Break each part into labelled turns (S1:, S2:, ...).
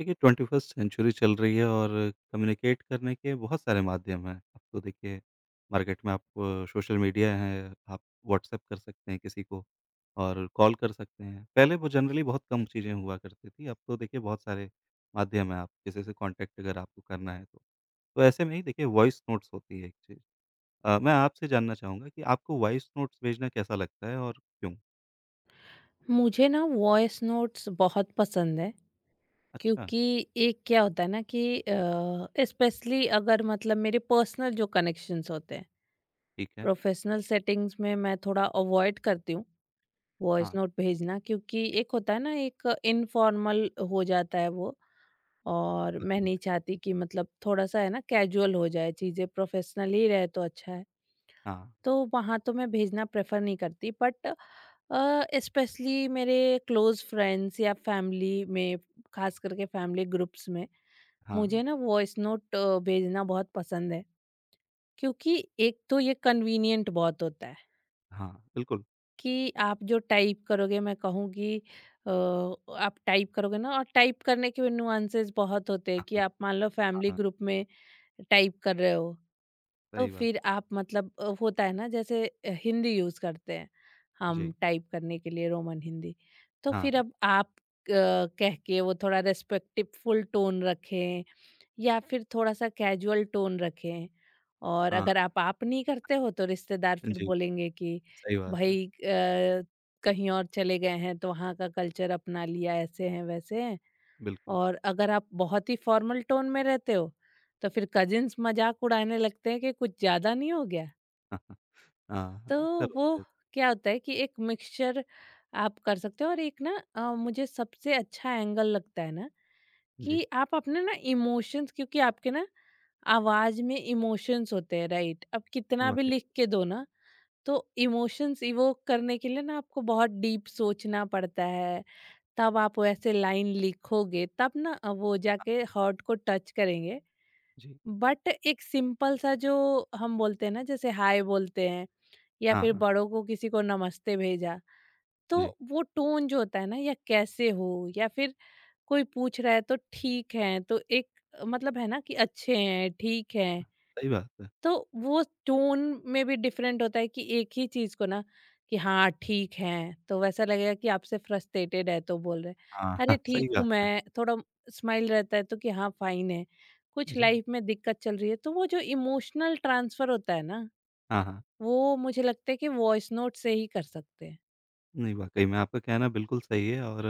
S1: देखिए, 21st century चल रही है और कम्युनिकेट करने के बहुत सारे माध्यम हैं। अब तो देखिए मार्केट में आप सोशल मीडिया है, आप व्हाट्सएप कर सकते हैं किसी को और कॉल कर सकते हैं। पहले वो जनरली बहुत कम चीज़ें हुआ करती थी, अब तो देखिए बहुत सारे माध्यम हैं, आप किसी से कॉन्टैक्ट अगर आपको करना है तो। तो ऐसे में ही देखिए वॉइस नोट्स होती है एक चीज़। मैं आपसे जानना चाहूँगा कि आपको वॉइस नोट्स भेजना कैसा लगता है और क्यों?
S2: मुझे ना वॉइस नोट्स बहुत पसंद है,
S1: अच्छा,
S2: क्योंकि एक क्या होता है ना कि स्पेशली अगर मतलब मेरे पर्सनल जो कनेक्शंस होते हैं,
S1: ठीक है।
S2: प्रोफेशनल सेटिंग्स में मैं थोड़ा अवॉइड करती हूँ वॉइस
S1: हाँ,
S2: नोट भेजना, क्योंकि एक होता है ना, एक इनफॉर्मल हो जाता है वो। और मैं
S1: हाँ,
S2: नहीं चाहती कि मतलब थोड़ा सा है ना कैजुअल हो जाए चीज़ें, प्रोफेशनल ही रहे तो अच्छा है। तो वहाँ तो मैं भेजना प्रेफर नहीं करती, बट स्पेशली मेरे क्लोज फ्रेंड्स या फैमिली में, खास करके फैमिली ग्रुप्स में,
S1: हाँ,
S2: मुझे
S1: हाँ,
S2: ना वॉइस नोट भेजना बहुत पसंद है। क्योंकि एक तो ये कन्वीनियंट बहुत होता है
S1: हाँ, बिल्कुल।
S2: कि आप जो टाइप करोगे, मैं कहूँगी आप टाइप करोगे ना, और टाइप करने के भी नुआंसेस बहुत होते हैं
S1: हाँ,
S2: कि
S1: हाँ,
S2: आप मान लो फैमिली
S1: हाँ।
S2: ग्रुप में टाइप कर रहे हो, तो
S1: सही बात
S2: फिर
S1: है।
S2: आप मतलब होता है ना, जैसे हिंदी यूज करते हैं हम
S1: जी।
S2: टाइप करने के लिए, रोमन हिंदी। तो
S1: हाँ,
S2: फिर
S1: हाँ।
S2: अब आप कह के वो थोड़ा रेस्पेक्टफुल टोन रखें या फिर थोड़ा सा कैजुअल टोन रखें, और
S1: हाँ,
S2: अगर आप आप नहीं करते हो तो रिश्तेदार फिर
S1: जी,
S2: बोलेंगे कि
S1: सही बात है।
S2: भाई कहीं और चले गए हैं तो वहाँ का कल्चर अपना लिया, ऐसे हैं वैसे हैं।
S1: बिल्कुल।
S2: और अगर आप बहुत ही फॉर्मल टोन में रहते हो तो फिर कजिन्स मजाक उड़ाने लगते हैं कि कुछ ज़्यादा नहीं हो गया।
S1: हाँ, हाँ। हाँ,
S2: तो
S1: अक्सर
S2: वो
S1: होता है।
S2: क्या होता है कि एक मिक्सचर आप कर सकते हो। और एक ना, मुझे सबसे अच्छा एंगल लगता है ना
S1: जी,
S2: कि आप अपने ना इमोशंस, क्योंकि आपके ना आवाज में इमोशंस होते हैं, राइट? अब कितना भी
S1: वाक़ई।
S2: लिख के दो ना, तो इमोशंस इवोक करने के लिए ना आपको बहुत डीप सोचना पड़ता है, तब आप वैसे लाइन लिखोगे, तब ना वो जाके हार्ट को टच करेंगे।
S1: जी।
S2: बट एक सिंपल सा जो हम बोलते हैं ना, जैसे हाय बोलते हैं या
S1: हाँ,
S2: फिर
S1: हाँ।
S2: बड़ों को किसी को नमस्ते भेजा,
S1: जी,
S2: तो वो टोन जो होता है ना, या कैसे हो, या फिर कोई पूछ रहा है तो ठीक है, तो एक मतलब है ना कि अच्छे हैं, ठीक है।
S1: सही बात है।
S2: तो वो टोन में भी डिफरेंट होता है कि एक ही चीज को ना, कि हाँ ठीक है, तो वैसा लगेगा कि आपसे फ्रस्ट्रेटेड है तो बोल रहे।
S1: हाँ, हाँ,
S2: अरे
S1: सही
S2: ठीक
S1: कहा
S2: हूँ
S1: आपने।
S2: मैं, थोड़ा स्माइल रहता है तो कि हाँ फाइन है। कुछ
S1: जी।
S2: लाइफ में दिक्कत चल रही है तो वो जो इमोशनल ट्रांसफर होता है ना,
S1: हाँ, हाँ।
S2: वो मुझे लगता है कि वॉइस नोट से ही कर सकते हैं।
S1: नहीं, वाक़ई में आपका कहना बिल्कुल सही है और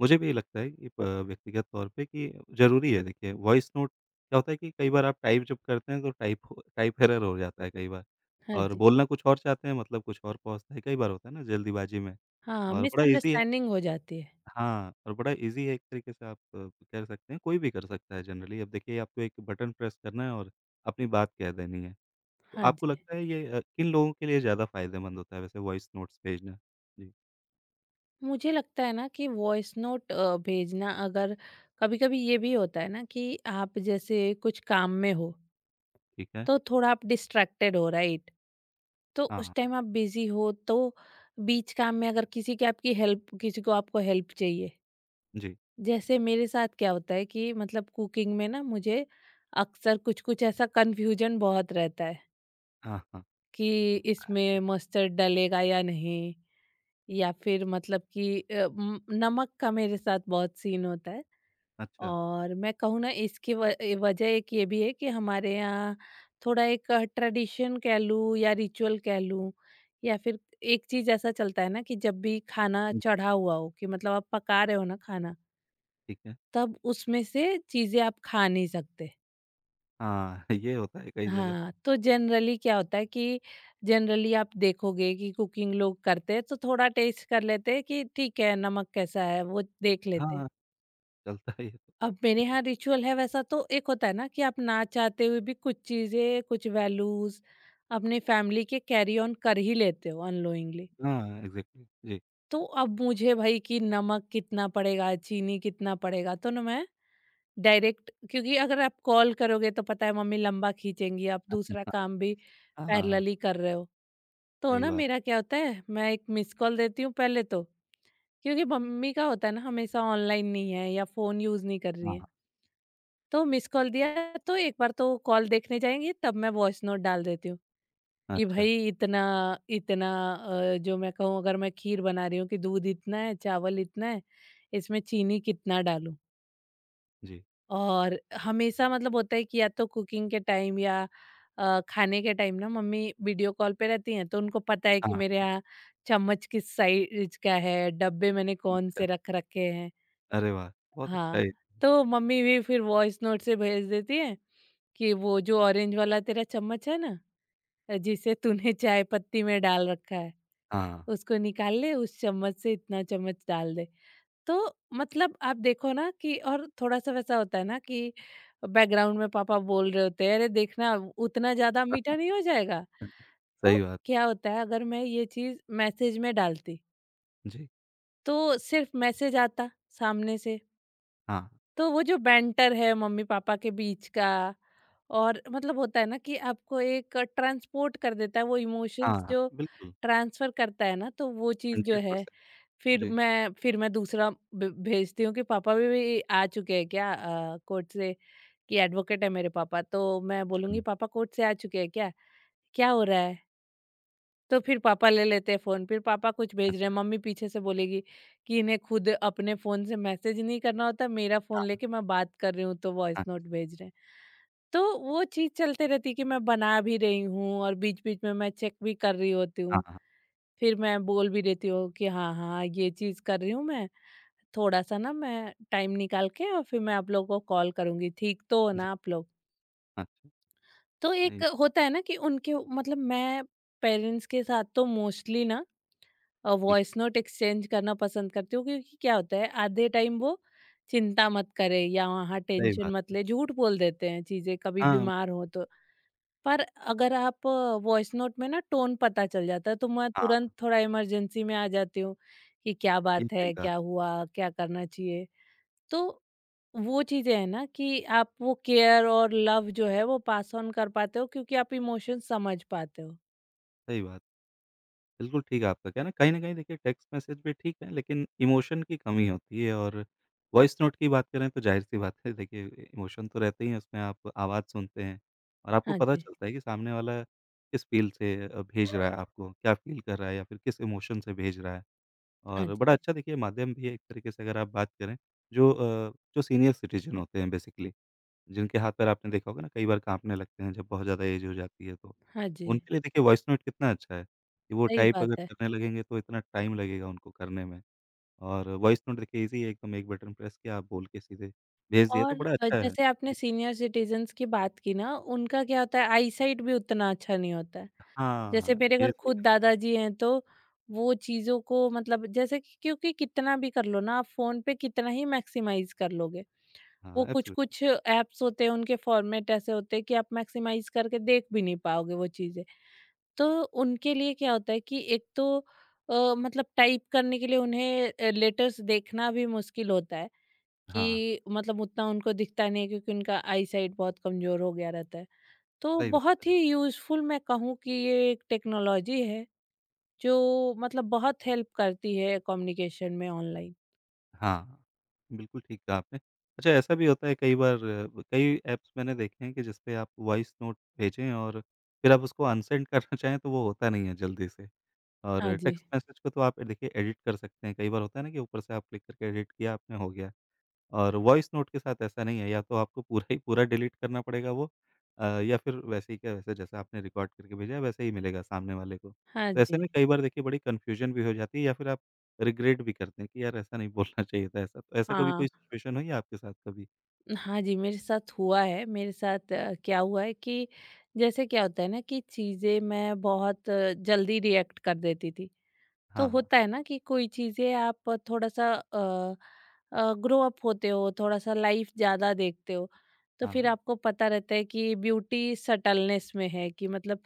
S1: मुझे भी लगता है कि प व्यक्तिगत तौर पे कि ज़रूरी है देखिए, वॉइस नोट क्या होता है कि कई बार आप टाइप जब करते हैं तो टाइप एरर हो जाता है कई बार
S2: हाँ
S1: और
S2: जी।
S1: बोलना कुछ और चाहते हैं मतलब कुछ और पहुँचता है, कई बार होता है ना जल्दीबाज़ी में
S2: हाँ,
S1: और बड़ा ईज़ी है।
S2: मिसअंडरस्टैंडिंग हो जाती है।
S1: हाँ, और बड़ा ईज़ी है एक तरीके से आप कह सकते हैं, कोई भी कर सकता है जनरली। अब देखिए आपको एक बटन प्रेस करना है और अपनी बात कह देनी है। तो
S2: हाँ
S1: आपको
S2: जी।
S1: लगता है ये किन लोगों के लिए ज़्यादा फ़ायदेमंद होता है वैसे वॉइस नोट्स भेजना? जी,
S2: मुझे लगता है ना कि वॉइस नोट भेजना, अगर कभी-कभी ये भी होता है ना कि आप जैसे कुछ काम में हो,
S1: ठीक है।
S2: तो थोड़ा आप डिस्ट्रैक्टेड हो, राइट? तो उस
S1: हाँ,
S2: टाइम आप बिजी हो, तो बीच काम में अगर किसी की आपकी हेल्प, किसी को आपको हेल्प चाहिए,
S1: जी।
S2: जैसे मेरे साथ क्या होता है कि मतलब कुकिंग में ना मुझे अक्सर कुछ कुछ ऐसा कन्फ्यूजन बहुत रहता है
S1: हाँ, हाँ।
S2: कि इसमें मस्टर्ड डलेगा या नहीं, या फिर मतलब कि नमक का मेरे साथ बहुत सीन होता है।
S1: अच्छा,
S2: और मैं कहूँ ना, इसकी व ए वजह एक ये भी है कि हमारे यहाँ थोड़ा एक ट्रेडिशन कह लूँ या रिचुअल कह लूँ या फिर एक चीज़ ऐसा चलता है ना कि जब भी खाना
S1: जी,
S2: चढ़ा हुआ हो, कि मतलब आप पका रहे हो ना खाना,
S1: ठीक है।
S2: तब उसमें से चीज़ें आप खा नहीं सकते।
S1: हाँ, ये होता है कई जगह।
S2: हाँ, तो जनरली क्या होता है कि जनरली आप देखोगे कि कुकिंग लोग करते हैं तो थोड़ा टेस्ट कर लेते हैं कि ठीक है नमक कैसा है, वो देख लेते हैं।
S1: हाँ, चलता है ये तो।
S2: अब मेरे
S1: जी,
S2: यहाँ रिचुअल है वैसा तो, एक होता है ना कि आप ना चाहते हुए भी कुछ चीज़ें, कुछ वैल्यूज अपने फैमिली के कैरी ऑन कर ही लेते हो अनलोइंगली।
S1: हाँ, एग्ज़ैक्टली। जी,
S2: तो अब मुझे भाई कि नमक कितना पड़ेगा, चीनी कितना पड़ेगा, तो ना मैं डायरेक्ट, क्योंकि अगर आप कॉल करोगे तो पता है मम्मी लंबा खींचेंगी, आप दूसरा
S1: हाँ,
S2: काम भी
S1: हाँ, हाँ, हाँ,
S2: पैरेलली कर रहे हो। तो
S1: सही
S2: ना
S1: बात।
S2: मेरा क्या होता है, मैं एक मिस कॉल देती हूँ पहले तो, क्योंकि मम्मी का होता है ना, हमेशा ऑनलाइन नहीं है या फ़ोन यूज़ नहीं कर रही
S1: हाँ,
S2: है। तो मिस कॉल दिया, तो एक बार तो कॉल देखने जाएंगी, तब मैं वॉइस नोट डाल देती हूँ
S1: हाँ,
S2: कि
S1: अच्छा,
S2: भाई इतना इतना जो मैं कहूँ, अगर मैं खीर बना रही हूँ कि दूध इतना है, चावल इतना है, इसमें चीनी कितना डालूं।
S1: जी।
S2: और हमेशा मतलब होता है कि या तो कुकिंग के टाइम या खाने के टाइम ना मम्मी वीडियो कॉल पे रहती हैं, तो उनको पता है कि मेरे
S1: हाँ,
S2: यहाँ चम्मच किस साइज का है, डब्बे मैंने कौन
S1: अच्छा।
S2: से रख रखे हैं।
S1: अरे वाह! बहुत अच्छा
S2: हाँ,
S1: है।
S2: तो मम्मी भी फिर वॉइस नोट से भेज देती है कि वो जो ऑरेंज वाला तेरा चम्मच है ना, जिसे तूने चाय पत्ती में डाल रखा है,
S1: हाँ,
S2: उसको निकाल ले, उस चम्मच से इतना चम्मच डाल दे। तो मतलब आप देखो ना, कि और थोड़ा सा वैसा होता है ना कि बैकग्राउंड में पापा बोल रहे होते हैं, अरे देखना उतना ज्यादा मीठा नहीं हो जाएगा।
S1: सही
S2: तो
S1: बात।
S2: क्या होता है अगर मैं ये चीज मैसेज में डालती,
S1: जी,
S2: तो सिर्फ मैसेज आता सामने से।
S1: हाँ,
S2: तो वो जो बैंटर है मम्मी पापा के बीच का, और मतलब होता है ना कि आपको एक ट्रांसपोर्ट कर देता है वो
S1: हाँ,
S2: इमोशंस
S1: हाँ,
S2: जो
S1: बिल्कुल,
S2: ट्रांसफर करता है ना, तो वो चीज़ जो है,
S1: 100%।
S2: फिर
S1: जी।
S2: मैं फिर मैं दूसरा भेजती हूँ कि पापा भी आ चुके हैं क्या, कोर्ट से। कि एडवोकेट है मेरे पापा, तो मैं बोलूंगी पापा कोर्ट से आ चुके हैं क्या, क्या हो रहा है। तो फिर पापा ले लेते हैं फ़ोन, फिर पापा कुछ भेज रहे हैं,
S1: अच्छा, अच्छा,
S2: मम्मी पीछे से बोलेगी कि इन्हें खुद अपने फ़ोन से मैसेज नहीं करना होता, मेरा फ़ोन
S1: हाँ,
S2: लेके मैं बात कर रही हूँ, तो वॉइस
S1: हाँ,
S2: नोट भेज रहे हैं। तो वो चीज़ चलते रहती है कि मैं बना भी रही हूँ और बीच-बीच में मैं चेक भी कर रही होती
S1: हाँ,
S2: हूँ।
S1: हाँ,
S2: फिर मैं बोल भी देती हूँ कि हाँ, हाँ, ये चीज़ कर रही हूँ मैं, थोड़ा-सा ना मैं टाइम निकाल के और फिर मैं आप लोगों को कॉल करूँगी, ठीक तो हो
S1: जी,
S2: ना आप लोग?
S1: अच्छा,
S2: तो
S1: नहीं,
S2: एक होता है ना कि उनके मतलब मैं पेरेंट्स के साथ तो मोस्टली ना
S1: ठीक,
S2: वॉइस नोट एक्सचेंज करना पसंद करती हूँ, क्योंकि क्या होता है आधे टाइम वो चिंता मत करे या वहाँ
S1: सही
S2: टेंशन
S1: बात
S2: मत
S1: है।
S2: ले, झूठ बोल देते हैं चीजें, कभी
S1: हाँ,
S2: बीमार हो तो। पर अगर आप वॉइस नोट में ना, टोन पता चल जाता है, तो मैं
S1: हाँ,
S2: तुरंत थोड़ा इमरजेंसी में आ जाती हूँ कि क्या
S1: ये
S2: बात
S1: सही
S2: है,
S1: कहा,
S2: क्या हुआ, क्या करना चाहिए। तो वो चीजें है ना कि आप वो केयर और लव जो है वो पास ऑन कर पाते हो, क्योंकि आप इमोशन समझ पाते हो।
S1: सही बात, बिल्कुल ठीक है आपका कहना। कहीं न कहीं देखिए टेक्स्ट मैसेज भी ठीक है, लेकिन इमोशन की कमी होती है और वॉइस नोट की बात करें तो ज़ाहिर-सी बात है देखिए इमोशन तो रहते ही हैं उसमें, आप आवाज़ सुनते हैं और आपको
S2: हाँ
S1: पता
S2: जी।
S1: चलता है कि सामने वाला किस फ़ील से भेज रहा है आपको, क्या फ़ील कर रहा है या फिर किस इमोशन से भेज रहा है।
S2: हाँ
S1: और
S2: जी।
S1: बड़ा अच्छा देखिए माध्यम भी है एक तरीके से अगर आप बात करें जो जो सीनियर सिटीज़न होते हैं बेसिकली जिनके हाथ पैर आपने देखा होगा ना कई बार काँपने लगते हैं जब बहुत ज़्यादा ऐज हो जाती है तो।
S2: हाँ जी,
S1: उनके लिए देखिए वॉइस नोट कितना अच्छा है कि वो
S2: सही
S1: टाइप
S2: बात
S1: अगर
S2: है।
S1: करने लगेंगे तो इतना टाइम लगेगा उनको करने में और वॉइस नोट देखिए ईज़ी है एकदम एक बटन प्रेस किया आप बोल के सीधे भेज दिया तो
S2: और
S1: बड़ा अच्छा है।
S2: जैसे आपने
S1: जी।
S2: सीनियर सिटीजन्स की बात की ना, उनका क्या होता है, आई साइट भी उतना अच्छा नहीं होता है।
S1: हाँ,
S2: जैसे मेरे
S1: ये
S2: अगर
S1: सही।
S2: खुद दादाजी हैं, तो वो चीज़ों को मतलब जैसे कि, क्योंकि कितना भी कर लो ना, आप फ़ोन पे कितना ही मैक्सिमाइज़ कर लोगे। वो
S1: हाँ, एब्सोल्युटली।
S2: कुछ-कुछ ऐप्स होते हैं उनके फ़ॉर्मेट ऐसे होते हैं कि आप मैक्सिमाइज़ करके देख भी नहीं पाओगे वो चीज़ें। तो उनके लिए क्या होता है कि एक तो मतलब टाइप करने के लिए उन्हें लेटर्स देखना भी मुश्किल होता है।
S1: हाँ,
S2: कि मतलब उतना उनको दिखता नहीं है, क्योंकि उनका आई साइट बहुत कमजोर हो गया रहता है। तो
S1: सही बात है।
S2: बहुत ही यूजफुल मैं कहूँ कि ये एक टेक्नोलॉजी है जो मतलब बहुत हेल्प करती है कम्युनिकेशन में, ऑनलाइन।
S1: हाँ, बिल्कुल ठीक कहा आपने। अच्छा ऐसा भी होता है कई बार कई ऐप्स मैंने देखे हैं कि जिसपे आप वॉइस नोट भेजें और फिर आप उसको अनसेंड करना चाहें तो वो होता नहीं है जल्दी से
S2: हाँ
S1: और
S2: जी।
S1: टेक्स्ट मैसेज को तो आप देखिए एडिट कर सकते हैं। कई बार होता है ना कि ऊपर से आप क्लिक करके एडिट किया आपने हो गया। और वॉइस नोट के साथ ऐसा नहीं है, या तो आपको पूरा ही पूरा डिलीट करना पड़ेगा वो या फिर वैसे ही क्या वैसे जैसा आपने रिकॉर्ड करके भेजा है, वैसे ही मिलेगा सामने वाले को।
S2: हाँ
S1: तो ऐसे
S2: जी।
S1: में कई बार देखिए बड़ी कन्फ्यूज़न भी हो जाती है या फिर आप रिग्रेट भी करते हैं कि यार ऐसा नहीं बोलना चाहिए था, ऐसा तो ऐसा कभी
S2: हाँ।
S1: कोई सिचुएशन हुई है आपके साथ कभी?
S2: हाँ जी, मेरे साथ हुआ है। मेरे साथ क्या हुआ है कि जैसे क्या होता है ना कि चीज़ें मैं बहुत जल्दी रिएक्ट कर देती थी। तो
S1: हाँ,
S2: होता है ना कि कोई चीजें आप थोड़ा सा ग्रो अप होते हो, थोड़ा सा लाइफ ज्यादा देखते हो, तो
S1: हाँ,
S2: फिर
S1: हाँ,
S2: आपको पता रहता है कि ब्यूटी सटलनेस में है, कि मतलब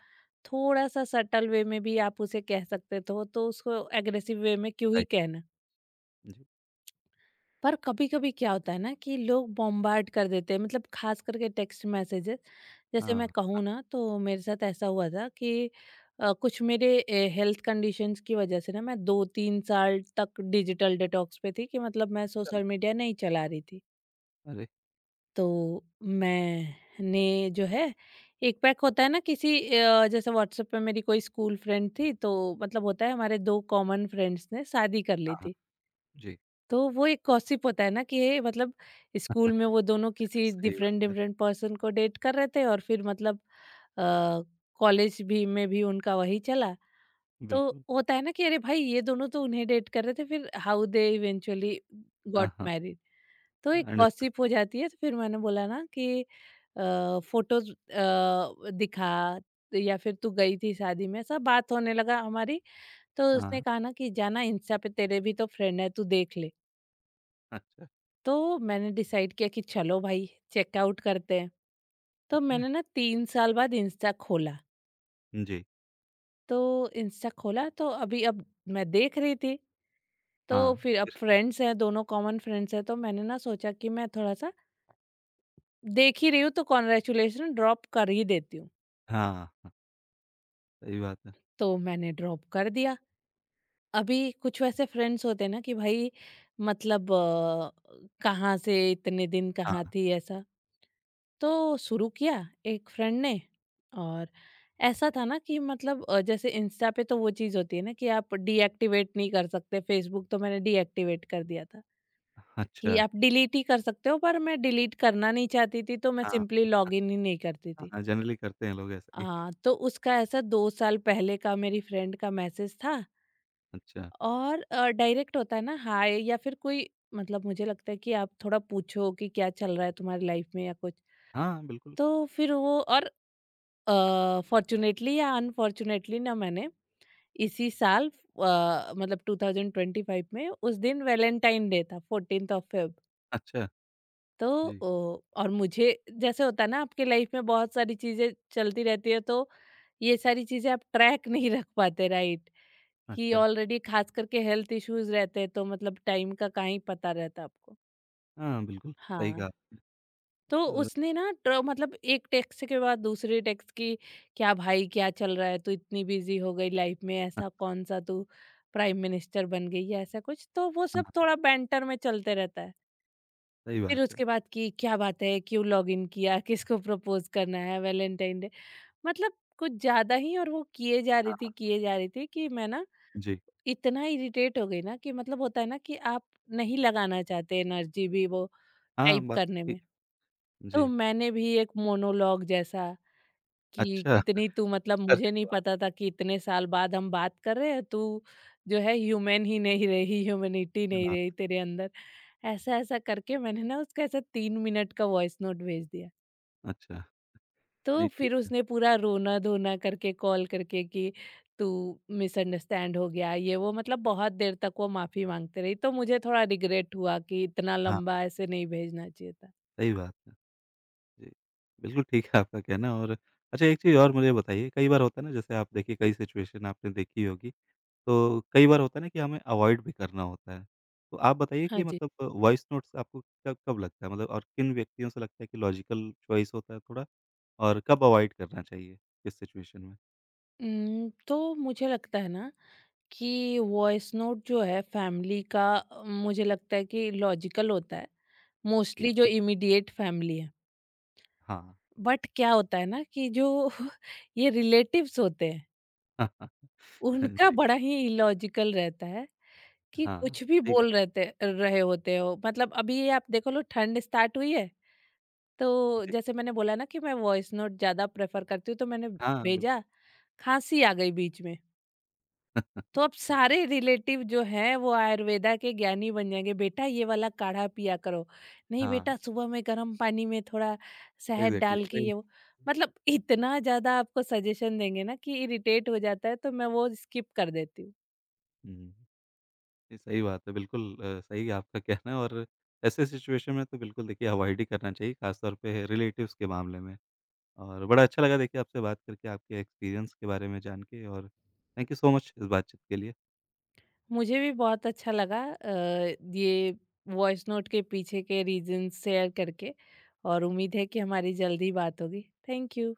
S2: थोड़ा सा सटल वे में भी आप उसे कह सकते, तो उसको एग्रेसिव वे में क्यों ही
S1: राइट,
S2: कहना।
S1: जी,
S2: पर कभी-कभी क्या होता है ना कि लोग बॉम्बार्ड कर देते हैं, मतलब खास करके टेक्स्ट मैसेजेस। जैसे मैं
S1: हाँ,
S2: कहूँ ना, तो मेरे साथ ऐसा हुआ था कि कुछ मेरे हेल्थ कंडीशंस की वजह से ना मैं 2-3 साल तक डिजिटल डिटॉक्स पे थी, कि मतलब मैं
S1: चलो,
S2: सोशल मीडिया नहीं चला रही थी।
S1: अरे!
S2: तो मैंने जो है, एक पैक होता है ना किसी जैसे व्हाट्सएप पे मेरी कोई स्कूल फ्रेंड थी, तो मतलब होता है हमारे 2 कॉमन फ्रेंड्स ने शादी कर
S1: हाँ,
S2: ली
S1: हाँ,
S2: थी।
S1: जी।
S2: तो वो एक गॉसिप होता है ना कि ये मतलब स्कूल में वो दोनों किसी
S1: सही बात
S2: डिफरेंट
S1: है,
S2: डिफरेंट पर्सन को डेट कर रहे थे, और फिर मतलब अ, कॉलेज भी में भी उनका वही चला। तो
S1: बिल्कुल,
S2: होता है ना कि अरे भाई ये दोनों तो उन्हें डेट कर रहे थे, फिर हाउ दे इवेंचुअली
S1: हाँ,
S2: गॉट
S1: हाँ,
S2: मैरिड। तो एक
S1: अंडरस्टूड,
S2: गॉसिप हो जाती है तो फिर मैंने बोला ना कि फोटोज दिखा या फिर तू गई थी शादी में सब बात होने लगा हमारी। तो उसने
S1: हाँ,
S2: कहा ना कि जाना इंस्टा पे तेरे भी तो फ्रेंड है तू देख ले।
S1: अच्छा,
S2: तो मैंने डिसाइड किया कि चलो भाई चेकआउट करते हैं। तो
S1: ठीक है,
S2: मैंने ना 3 साल बाद इंस्टा खोला।
S1: जी,
S2: तो इंस्टा खोला तो अभी अब मैं देख रही थी।
S1: हाँ,
S2: तो फिर अब
S1: फिर?
S2: फ्रेंड्स हैं दोनों कॉमन फ्रेंड्स हैं तो मैंने ना सोचा कि मैं थोड़ा सा देख ही रही हूँ तो कॉन्ग्रेचुलेशन ड्रॉप कर ही देती हूँ।
S1: हाँ, हाँ, सही बात है,
S2: तो मैंने ड्रॉप कर दिया। अभी कुछ वैसे फ्रेंड्स होते हैं ना कि भाई मतलब कहाँ से इतने दिन कहाँ
S1: हाँ।
S2: थी ऐसा। तो शुरू किया एक फ्रेंड ने और ऐसा था ना कि मतलब जैसे इंस्टा पे तो वो चीज़ होती है ना कि आप डीएक्टिवेट नहीं कर सकते। फेसबुक तो मैंने डीएक्टिवेट कर दिया था
S1: अच्छा,
S2: कि आप डिलीट ही कर सकते हो पर मैं डिलीट करना नहीं चाहती थी तो मैं
S1: हाँ,
S2: सिंपली लॉग इन ही नहीं करती थी।
S1: हाँ, जनरली करते हैं लोग ऐसा ही।
S2: हाँ, तो उसका ऐसा 2 साल पहले का मेरी फ्रेंड का मैसेज था
S1: अच्छा,
S2: और डायरेक्ट होता है ना हाय या फिर कोई मतलब मुझे लगता है कि आप थोड़ा पूछो कि क्या चल रहा है तुम्हारी लाइफ में या कुछ।
S1: हाँ, बिल्कुल,
S2: तो फिर वो और फॉर्चुनेटली या अनफॉर्चुनेटली ना मैंने इसी साल मतलब 2025 में उस दिन वैलेंटाइन डे था 14th ऑफ फेब
S1: अच्छा,
S2: तो
S1: जी,
S2: और मुझे जैसे होता है ना आपके लाइफ में बहुत सारी चीजें चलती रहती है तो ये सारी चीजें आप ट्रैक नहीं रख पाते राइट कि
S1: अच्छा,
S2: ऑलरेडी खास करके हेल्थ इश्यूज रहते हैं तो मतलब टाइम का कहाँ ही पता रहता आपको।
S1: हाँ, बिल्कुल, सही
S2: हाँ,
S1: कहा।
S2: तो
S1: अ,
S2: उसने ना मतलब एक टेक्स्ट के बाद दूसरे टेक्स्ट की क्या भाई क्या चल रहा है तू इतनी बिजी हो गई लाइफ में
S1: हाँ,
S2: ऐसा कौन सा तू प्राइम मिनिस्टर बन गई या ऐसा कुछ। तो वो सब
S1: हाँ,
S2: थोड़ा बैंटर में चलते रहता है।
S1: सही बात
S2: फिर
S1: है।
S2: उसके बाद कि क्या बात है, क्यों लॉगिन किया, किसको प्रपोज़ करना है वैलेंटाइन डे। मतलब कुछ ज़्यादा ही और वो किए जा
S1: हाँ,
S2: रही
S1: हाँ,
S2: थी, किए जा रही थी कि मैं ना
S1: जी,
S2: इतना इरिटेट हो गई ना कि मतलब होता है ना कि आप नहीं लगाना चाहते एनर्जी भी वो
S1: हाँ,
S2: टाइप
S1: बात
S2: करने
S1: ठीक
S2: में।
S1: है।
S2: तो
S1: जी,
S2: मैंने भी एक मोनोलॉग जैसा कि
S1: अच्छा,
S2: कितनी तू मतलब
S1: अरे
S2: मुझे नहीं
S1: वाह!
S2: पता था कि इतने साल बाद हम बात कर रहे हैं, तू जो है ह्यूमन ही नहीं रही, ह्यूमैनिटी नहीं
S1: हाँ,
S2: रही तेरे अंदर। ऐसा-ऐसा करके मैंने ना उसका ऐसा 3 मिनट का वॉइस नोट भेज दिया।
S1: अच्छा,
S2: तो
S1: नहीं ठीक
S2: फिर
S1: है,
S2: उसने पूरा रोना-धोना करके कॉल करके कि तू मिसअंडरस्टैंड हो गया, ये वो मतलब बहुत देर तक वो माफ़ी माँगते रही। तो मुझे थोड़ा रिग्रेट हुआ कि इतना
S1: हाँ,
S2: लंबा ऐसे नहीं भेजना चाहिए था।
S1: सही बात है, जी, बिल्कुल ठीक है आपका कहना और अच्छा एक चीज़ और मुझे बताइए, कई बार होता है ना जैसे आप देखिए कई सिचुएशन आपने देखी होगी तो कई बार होता है ना कि हमें अवॉइड भी करना होता है। तो आप बताइए
S2: हाँ
S1: कि
S2: जी।
S1: मतलब वॉइस नोट्स आपको कब कब लगता है मतलब और किन व्यक्तियों से लगता है कि लॉजिकल चॉइस होता है थोड़ा और कब अवॉइड करना चाहिए किस सिचुएशन में?
S2: तो मुझे लगता है ना कि वॉइस नोट जो है फैमिली का मुझे लगता है कि लॉजिकल होता है
S1: ठीक
S2: मोस्टली जो
S1: है।
S2: इमीडिएट फैमिली है।
S1: हाँ।
S2: बट क्या होता है ना कि जो ये रिलेटिव्स होते हैं उनका
S1: जी।
S2: बड़ा ही इलॉजिकल रहता है कि
S1: हाँ,
S2: कुछ भी
S1: सही कहा।
S2: बोल रहते रहे होते हो। मतलब अभी ये आप देखो लो ठंड स्टार्ट हुई है तो
S1: जी।
S2: जैसे मैंने बोला ना कि मैं वॉइस नोट ज़्यादा प्रेफर करती हूँ तो मैंने
S1: हाँ, बिल्कुल।
S2: भेजा। खांसी आ गई बीच में तो अब सारे रिलेटिव जो हैं वो आयुर्वेदा के ज्ञानी बन जाएंगे। बेटा ये वाला काढ़ा पिया करो, नहीं
S1: हाँ,
S2: बेटा सुबह में गर्म पानी में थोड़ा शहद
S1: एग्ज़ैक्टली
S2: डाल के
S1: सेम।
S2: ये वो, मतलब इतना ज्यादा आपको सजेशन देंगे ना कि इरिटेट हो जाता है तो मैं वो स्किप कर देती हूँ।
S1: हुँ, ये सही बात है। बिल्कुल सही है आपका कहना और ऐसे सिचुएशन में तो बिल्कुल देखिए अवॉइड ही करना चाहिए, खास तौर पे रिलेटिव्स के मामले में। और बड़ा अच्छा लगा देखिए आपसे बात करके, आपके एक्सपीरियंस के बारे में जान के और थैंक यू सो मच इस बातचीत के लिए।
S2: मुझे भी बहुत अच्छा लगा। ये वॉइस नोट के पीछे के रीजन शेयर करके, और उम्मीद है कि हमारी जल्दी बात होगी। Thank you.